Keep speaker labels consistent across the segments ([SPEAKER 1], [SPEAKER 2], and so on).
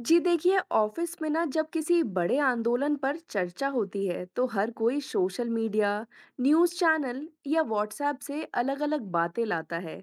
[SPEAKER 1] जी देखिए ऑफिस में ना जब किसी बड़े आंदोलन पर चर्चा होती है तो हर कोई सोशल मीडिया, न्यूज़ चैनल या व्हाट्सएप से अलग-अलग बातें लाता है।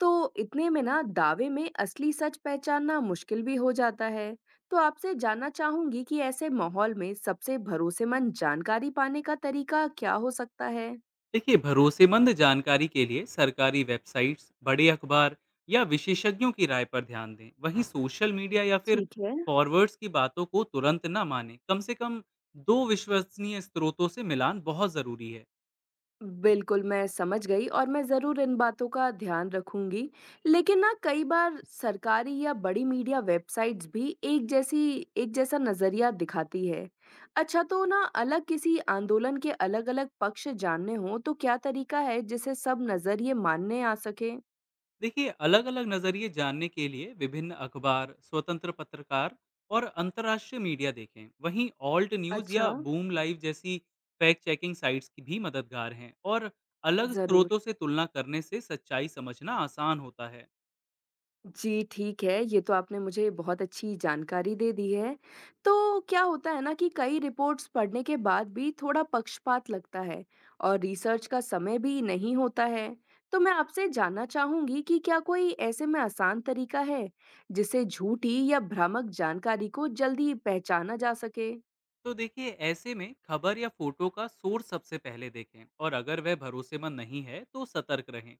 [SPEAKER 1] तो इतने में ना दावे में असली सच पहचानना मुश्किल भी हो जाता है। तो आपसे जानना चाहूंगी कि ऐसे माहौल में सबसे भरोसेमंद जानकारी पाने का तरीका क्या हो सकता है?
[SPEAKER 2] देखिए, भरोसेमंद जानकारी के लिए सरकारी वेबसाइट्स, बड़े अखबार या विशेषज्ञों की राय पर ध्यान दें। वहीं सोशल मीडिया या फिर
[SPEAKER 1] ठीक है।
[SPEAKER 2] फॉरवर्ड्स की बातों को तुरंत ना माने। कम से कम दो विश्वसनीय स्रोतों से मिलान बहुत ज़रूरी है।
[SPEAKER 1] बिल्कुल, मैं समझ गई और मैं ज़रूर इन बातों का ध्यान रखूँगी। लेकिन ना कई बार सरकारी या बड़ी मीडिया वेबसाइट्स भी एक जैसा नज़रिया दिखाती है। अच्छा तो ना अलग किसी आंदोलन के अलग-अलग पक्ष जानने हों तो क्या तरीका है जिससे सब नज़रिए मानने आ सकें?
[SPEAKER 2] देखिए, अलग अलग नज़रिए जानने के लिए विभिन्न अखबार, स्वतंत्र पत्रकार और अंतर्राष्ट्रीय मीडिया देखें। वहीं ऑल्ट न्यूज़
[SPEAKER 1] अच्छा।
[SPEAKER 2] या बूम लाइव जैसी फैक्ट चेकिंग साइट्स की भी मददगार हैं। और अलग
[SPEAKER 1] ज़रूर।
[SPEAKER 2] स्रोतों से तुलना करने से सच्चाई समझना आसान होता है।
[SPEAKER 1] जी, ठीक है, ये तो आपने मुझे बहुत अच्छी जानकारी दे दी है। तो क्या होता है ना कि कई रिपोर्ट्स पढ़ने के बाद भी थोड़ा पक्षपात लगता है और रिसर्च का समय भी नहीं होता है। तो मैं आपसे जानना चाहूँगी कि क्या कोई ऐसे में आसान तरीका है, जिससे झूठी या भ्रामक जानकारी को जल्दी पहचाना जा सके?
[SPEAKER 2] तो देखिए, ऐसे में खबर या फोटो का सोर्स सबसे पहले देखें, और अगर वह भरोसेमंद नहीं है तो सतर्क रहें।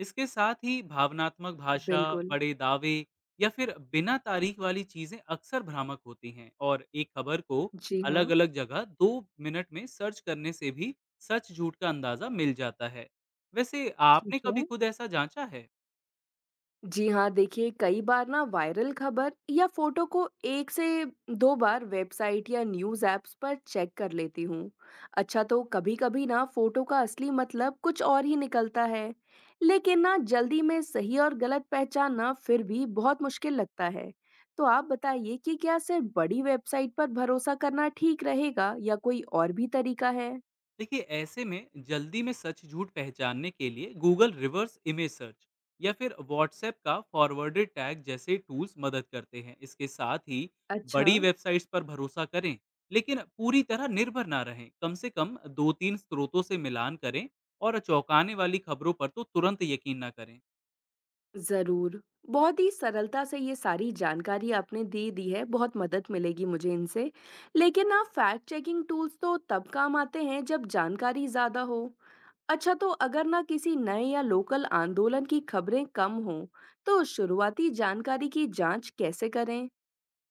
[SPEAKER 2] इसके साथ ही भावनात्मक भाषा,
[SPEAKER 1] बिल्कुल।
[SPEAKER 2] बड़े दावे या फिर बिना तारीख वाली चीजें अक्सर भ्रामक होती हैं। और एक खबर को
[SPEAKER 1] जी हाँ।
[SPEAKER 2] अलग अलग जगह 2 मिनट में सर्च करने से भी सच झूठ का अंदाजा मिल जाता है। वैसे, आपने
[SPEAKER 1] ठीक
[SPEAKER 2] कभी
[SPEAKER 1] है।
[SPEAKER 2] खुद ऐसा जांचा है?
[SPEAKER 1] जी हाँ, देखिए कई बार ना वायरल खबर या फोटो को एक से दो बार वेबसाइट या न्यूज़ ऐप्स पर चेक कर लेती हूँ। अच्छा तो कभी-कभी ना फोटो का असली मतलब कुछ और ही निकलता है। लेकिन ना जल्दी में सही और गलत पहचानना फिर भी बहुत मुश्किल लगता है। तो आप बताइए कि क्या सिर्फ बड़ी वेबसाइट पर भरोसा करना ठीक रहेगा या कोई और भी तरीका है?
[SPEAKER 2] देखिए, ऐसे में जल्दी में सच झूठ पहचानने के लिए गूगल रिवर्स इमेज सर्च या फिर व्हाट्सएप का फॉरवर्डेड टैग जैसे टूल्स मदद करते हैं। इसके साथ ही
[SPEAKER 1] अच्छा।
[SPEAKER 2] बड़ी वेबसाइट्स पर भरोसा करें, लेकिन पूरी तरह निर्भर ना रहें। कम से कम दो तीन स्रोतों से मिलान करें, और चौंकाने वाली खबरों पर तो तुरंत यकीन ना करें।
[SPEAKER 1] ज़रूर। बहुत ही सरलता से ये सारी जानकारी आपने दे दी है, बहुत मदद मिलेगी मुझे इनसे। लेकिन ना फैक्ट चेकिंग टूल्स तो तब काम आते हैं जब जानकारी ज़्यादा हो। अच्छा तो अगर ना किसी नए या लोकल आंदोलन की खबरें कम हों, तो शुरुआती जानकारी की जाँच कैसे करें?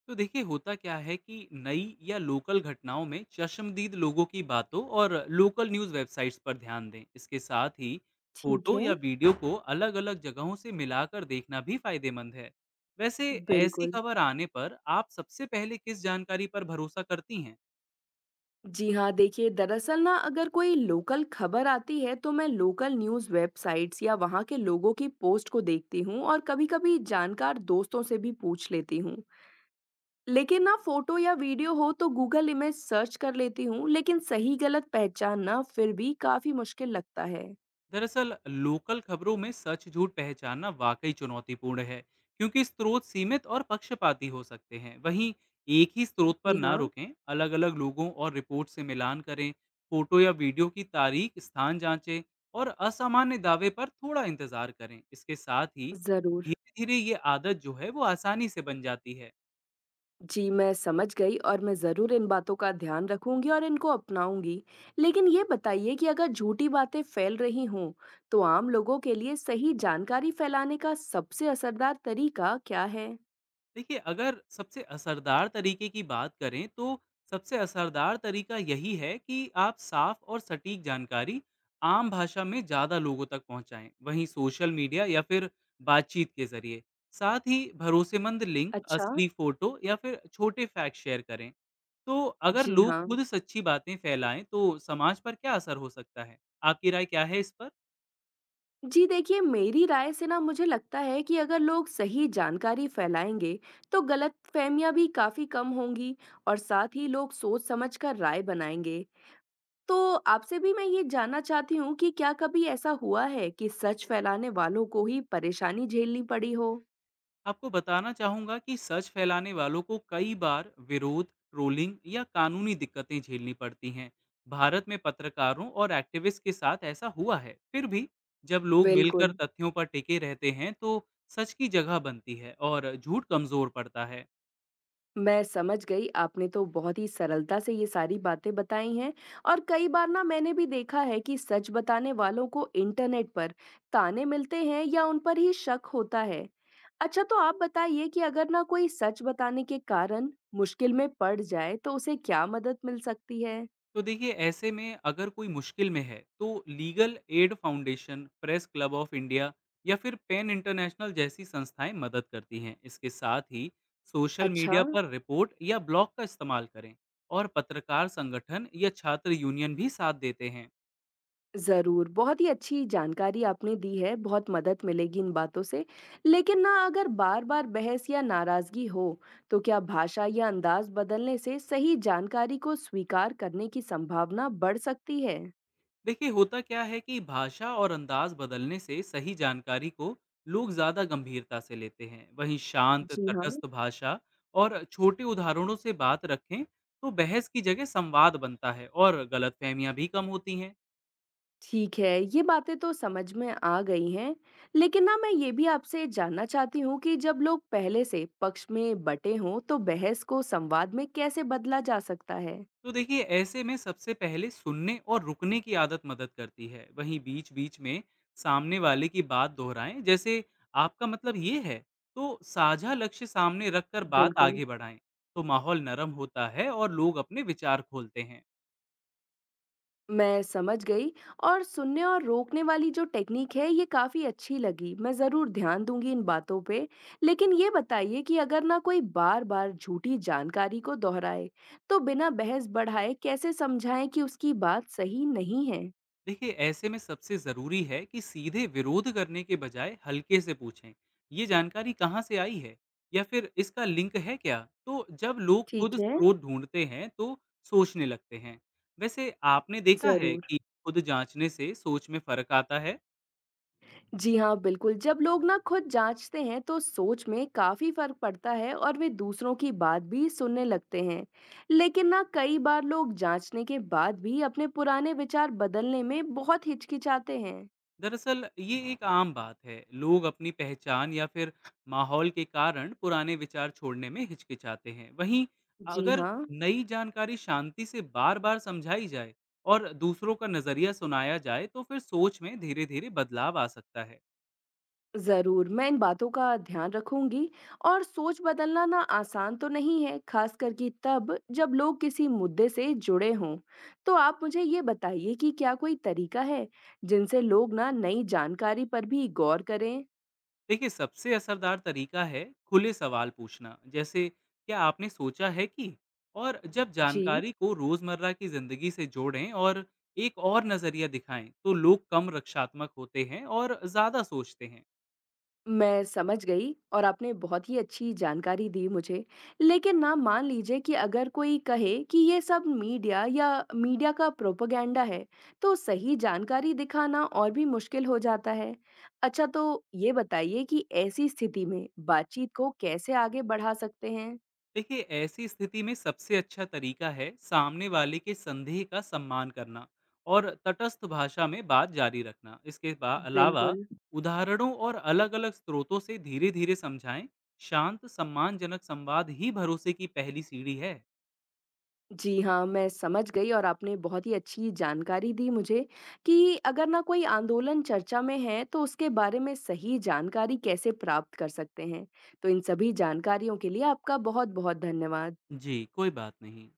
[SPEAKER 2] तो देखिए, होता क्या है कि नई या लोकल घटनाओं में चश्मदीद लोगों की बातों और लोकल न्यूज़ वेबसाइट्स पर ध्यान दें। इसके साथ ही
[SPEAKER 1] ठीक
[SPEAKER 2] फोटो
[SPEAKER 1] है।
[SPEAKER 2] या वीडियो को अलग अलग जगहों से मिलाकर देखना भी फायदेमंद है। वैसे, ऐसी
[SPEAKER 1] बिल्कुल।
[SPEAKER 2] खबर आने पर आप सबसे पहले किस जानकारी पर भरोसा करती हैं?
[SPEAKER 1] जी हाँ, देखिए दरअसल ना अगर कोई लोकल खबर आती है तो मैं लोकल न्यूज़ वेबसाइट्स या वहाँ के लोगों की पोस्ट को देखती हूँ और कभी-कभी जानकार दोस्तों से भी पूछ लेती हूँ। लेकिन ना फोटो या वीडियो हो तो गूगल इमेज सर्च कर लेती हूँ, लेकिन सही गलत पहचानना फिर भी काफी मुश्किल लगता है।
[SPEAKER 2] दरअसल, लोकल खबरों में सच झूठ पहचानना वाकई चुनौतीपूर्ण है, क्योंकि स्रोत सीमित और पक्षपाती हो सकते हैं। वहीं एक ही स्रोत पर
[SPEAKER 1] जी
[SPEAKER 2] ना
[SPEAKER 1] हाँ।
[SPEAKER 2] रुकें। अलग अलग लोगों और रिपोर्ट से मिलान करें। फोटो या वीडियो की तारीख, स्थान जांचें, और असामान्य दावे पर थोड़ा इंतजार करें। इसके साथ ही
[SPEAKER 1] जरूर।
[SPEAKER 2] धीरे धीरे ये आदत जो है वो आसानी से बन जाती है।
[SPEAKER 1] जी, मैं समझ गई और मैं ज़रूर इन बातों का ध्यान रखूंगी और इनको अपनाऊंगी। लेकिन ये बताइए कि अगर झूठी बातें फैल रही हों, तो आम लोगों के लिए सही जानकारी फैलाने का सबसे असरदार तरीका क्या है?
[SPEAKER 2] देखिए, अगर सबसे असरदार तरीके की बात करें तो सबसे असरदार तरीका यही है कि आप साफ और सटीक जानकारी आम भाषा में ज़्यादा लोगों तक पहुंचाएं। वहीं सोशल मीडिया या फिर बातचीत के जरिए, साथ ही भरोसेमंद लिंक,
[SPEAKER 1] अच्छा।
[SPEAKER 2] असली फोटो या फिर छोटे फैक्ट शेयर करें। तो अगर
[SPEAKER 1] जी
[SPEAKER 2] लोग
[SPEAKER 1] हाँ।
[SPEAKER 2] खुद सच्ची बातें फैलाएं तो समाज पर क्या असर हो सकता है? आपकी राय क्या है इस पर?
[SPEAKER 1] जी देखिए, मेरी राय से ना मुझे लगता है कि अगर लोग सही जानकारी फैलाएंगे, तो गलतफहमियां भी काफ़ी कम होंगी और साथ ही लोग सोच समझकर राय बनाएंगे। तो आपसे भी मैं ये जानना चाहती हूँ कि क्या कभी ऐसा हुआ है कि सच फैलाने वालों को ही परेशानी झेलनी पड़ी हो?
[SPEAKER 2] आपको बताना चाहूँगा कि सच फैलाने वालों को कई बार विरोध, ट्रोलिंग या कानूनी दिक्कतें झेलनी पड़ती हैं। भारत में पत्रकारों और एक्टिविस्ट के साथ ऐसा हुआ है। फिर भी जब लोग मिलकर
[SPEAKER 1] बिल्कुल।
[SPEAKER 2] तथ्यों पर टिके रहते हैं तो सच की जगह बनती है और झूठ कमज़ोर पड़ता है।
[SPEAKER 1] मैं समझ गई। आपने तो बहुत ही सरलता से ये सारी बातें बताई हैं और कई बार ना मैंने भी देखा है कि सच बताने वालों को इंटरनेट पर ताने मिलते हैं या उन पर ही शक होता है। अच्छा तो आप बताइए कि अगर ना कोई सच बताने के कारण मुश्किल में पड़ जाए तो उसे क्या मदद मिल सकती है?
[SPEAKER 2] तो देखिए, ऐसे में अगर कोई मुश्किल में है तो legal aid foundation, press club of India या फिर पेन इंटरनेशनल जैसी संस्थाएं मदद करती हैं। इसके साथ ही सोशल
[SPEAKER 1] अच्छा।
[SPEAKER 2] मीडिया पर रिपोर्ट या ब्लॉग का इस्तेमाल करें, और पत्रकार संगठन या छात्र यूनियन भी साथ देते हैं।
[SPEAKER 1] ज़रूर, बहुत ही अच्छी जानकारी आपने दी है, बहुत मदद मिलेगी इन बातों से। लेकिन ना अगर बार-बार बहस या नाराज़गी हो, तो क्या भाषा या अंदाज़ बदलने से सही जानकारी को स्वीकार करने की संभावना बढ़ सकती है?
[SPEAKER 2] देखिए, होता क्या है कि भाषा और अंदाज बदलने से सही जानकारी को लोग ज्यादा गंभीरता से लेते हैं। वहीं शांत,
[SPEAKER 1] जी हाँ।
[SPEAKER 2] तटस्थ भाषा और छोटे उदाहरणों से बात रखें तो बहस की जगह संवाद बनता है और गलतफहमियां भी कम होती हैं।
[SPEAKER 1] ठीक है, ये बातें तो समझ में आ गई हैं। लेकिन ना मैं ये भी आपसे जानना चाहती हूँ कि जब लोग पहले से पक्ष में बँटे हों, तो बहस को संवाद में कैसे बदला जा सकता है?
[SPEAKER 2] तो देखिए, ऐसे में सबसे पहले सुनने और रुकने की आदत मदद करती है। वहीं बीच बीच में सामने वाले की बात दोहराएं, जैसे, आपका मतलब ये है। तो साझा लक्ष्य सामने रखकर बात
[SPEAKER 1] बिल्कुल।
[SPEAKER 2] आगे बढ़ाएं, तो माहौल नरम होता है और लोग अपने विचार खोलते हैं।
[SPEAKER 1] मैं समझ गई और सुनने और रोकने वाली जो टेक्निक है ये काफ़ी अच्छी लगी। मैं ज़रूर ध्यान दूँगी इन बातों पे। लेकिन ये बताइए कि अगर ना कोई बार-बार झूठी जानकारी को दोहराए, तो बिना बहस बढ़ाए कैसे समझाएँ कि उसकी बात सही नहीं है?
[SPEAKER 2] देखिए, ऐसे में सबसे ज़रूरी है कि सीधे विरोध करने के बजाय हल्के से पूछें, ये जानकारी कहाँ से आई है, या फिर इसका लिंक है क्या। तो जब लोग खुद
[SPEAKER 1] ठीक है।
[SPEAKER 2] स्रोत ढूंढते हैं तो सोचने लगते हैं। वैसे, आपने देखा है
[SPEAKER 1] ज़रूर।
[SPEAKER 2] कि खुद जांचने से सोच में फर्क आता है।
[SPEAKER 1] जी हाँ, बिल्कुल जब लोग ना खुद जांचते हैं तो सोच में काफी फर्क पड़ता है और वे दूसरों की बात भी सुनने लगते हैं। लेकिन ना कई बार लोग जांचने के बाद भी अपने पुराने विचार बदलने में बहुत हिचकिचाते हैं।
[SPEAKER 2] दरअसल, ये एक आम बात है। लोग अपनी पहचान या फिर माहौल के कारण पुराने विचार छोड़ने में हिचकिचाते हैं। वहीं
[SPEAKER 1] जी
[SPEAKER 2] अगर
[SPEAKER 1] हाँ।
[SPEAKER 2] नई जानकारी शांति से बार बार समझाई जाए और दूसरों का नजरिया सुनाया जाए तो फिर सोच में धीरे धीरे बदलाव आ सकता है।
[SPEAKER 1] जरूर, मैं इन बातों का ध्यान रखूंगी। और सोच बदलना ना आसान तो नहीं है, खासकर कि तब जब लोग किसी मुद्दे से जुड़े हों। तो आप मुझे ये बताइए कि क्या कोई तरीका है जिनसे लोग ना नई जानकारी पर भी गौर करें?
[SPEAKER 2] देखिए, सबसे असरदार तरीका है खुले सवाल पूछना, जैसे क्या आपने सोचा है कि। और जब
[SPEAKER 1] जी,
[SPEAKER 2] जानकारी को रोजमर्रा की जिंदगी से जोड़ें और एक और नजरिया दिखाएं तो लोग कम रक्षात्मक होते हैं और ज्यादा सोचते हैं।
[SPEAKER 1] मैं समझ गई और आपने बहुत ही अच्छी जानकारी दी मुझे। लेकिन ना मान लीजिए कि अगर कोई कहे कि ये सब मीडिया या मीडिया का प्रोपेगेंडा है, तो सही जानकारी दिखाना और भी मुश्किल हो जाता है। अच्छा तो ये बताइए कि ऐसी स्थिति में बातचीत को कैसे आगे बढ़ा सकते हैं?
[SPEAKER 2] देखिए, ऐसी स्थिति में सबसे अच्छा तरीका है सामने वाले के संदेह का सम्मान करना और तटस्थ भाषा में बात जारी रखना। इसके अलावा,
[SPEAKER 1] बिल्कुल।
[SPEAKER 2] उदाहरणों और अलग अलग स्रोतों से धीरे धीरे समझाएं। शांत, सम्मानजनक संवाद ही भरोसे की पहली सीढ़ी है।
[SPEAKER 1] जी हाँ, मैं समझ गई और आपने बहुत ही अच्छी जानकारी दी मुझे कि अगर ना कोई आंदोलन चर्चा में है, तो उसके बारे में सही जानकारी कैसे प्राप्त कर सकते हैं। तो इन सभी जानकारियों के लिए आपका बहुत-बहुत धन्यवाद।
[SPEAKER 2] जी, कोई बात नहीं।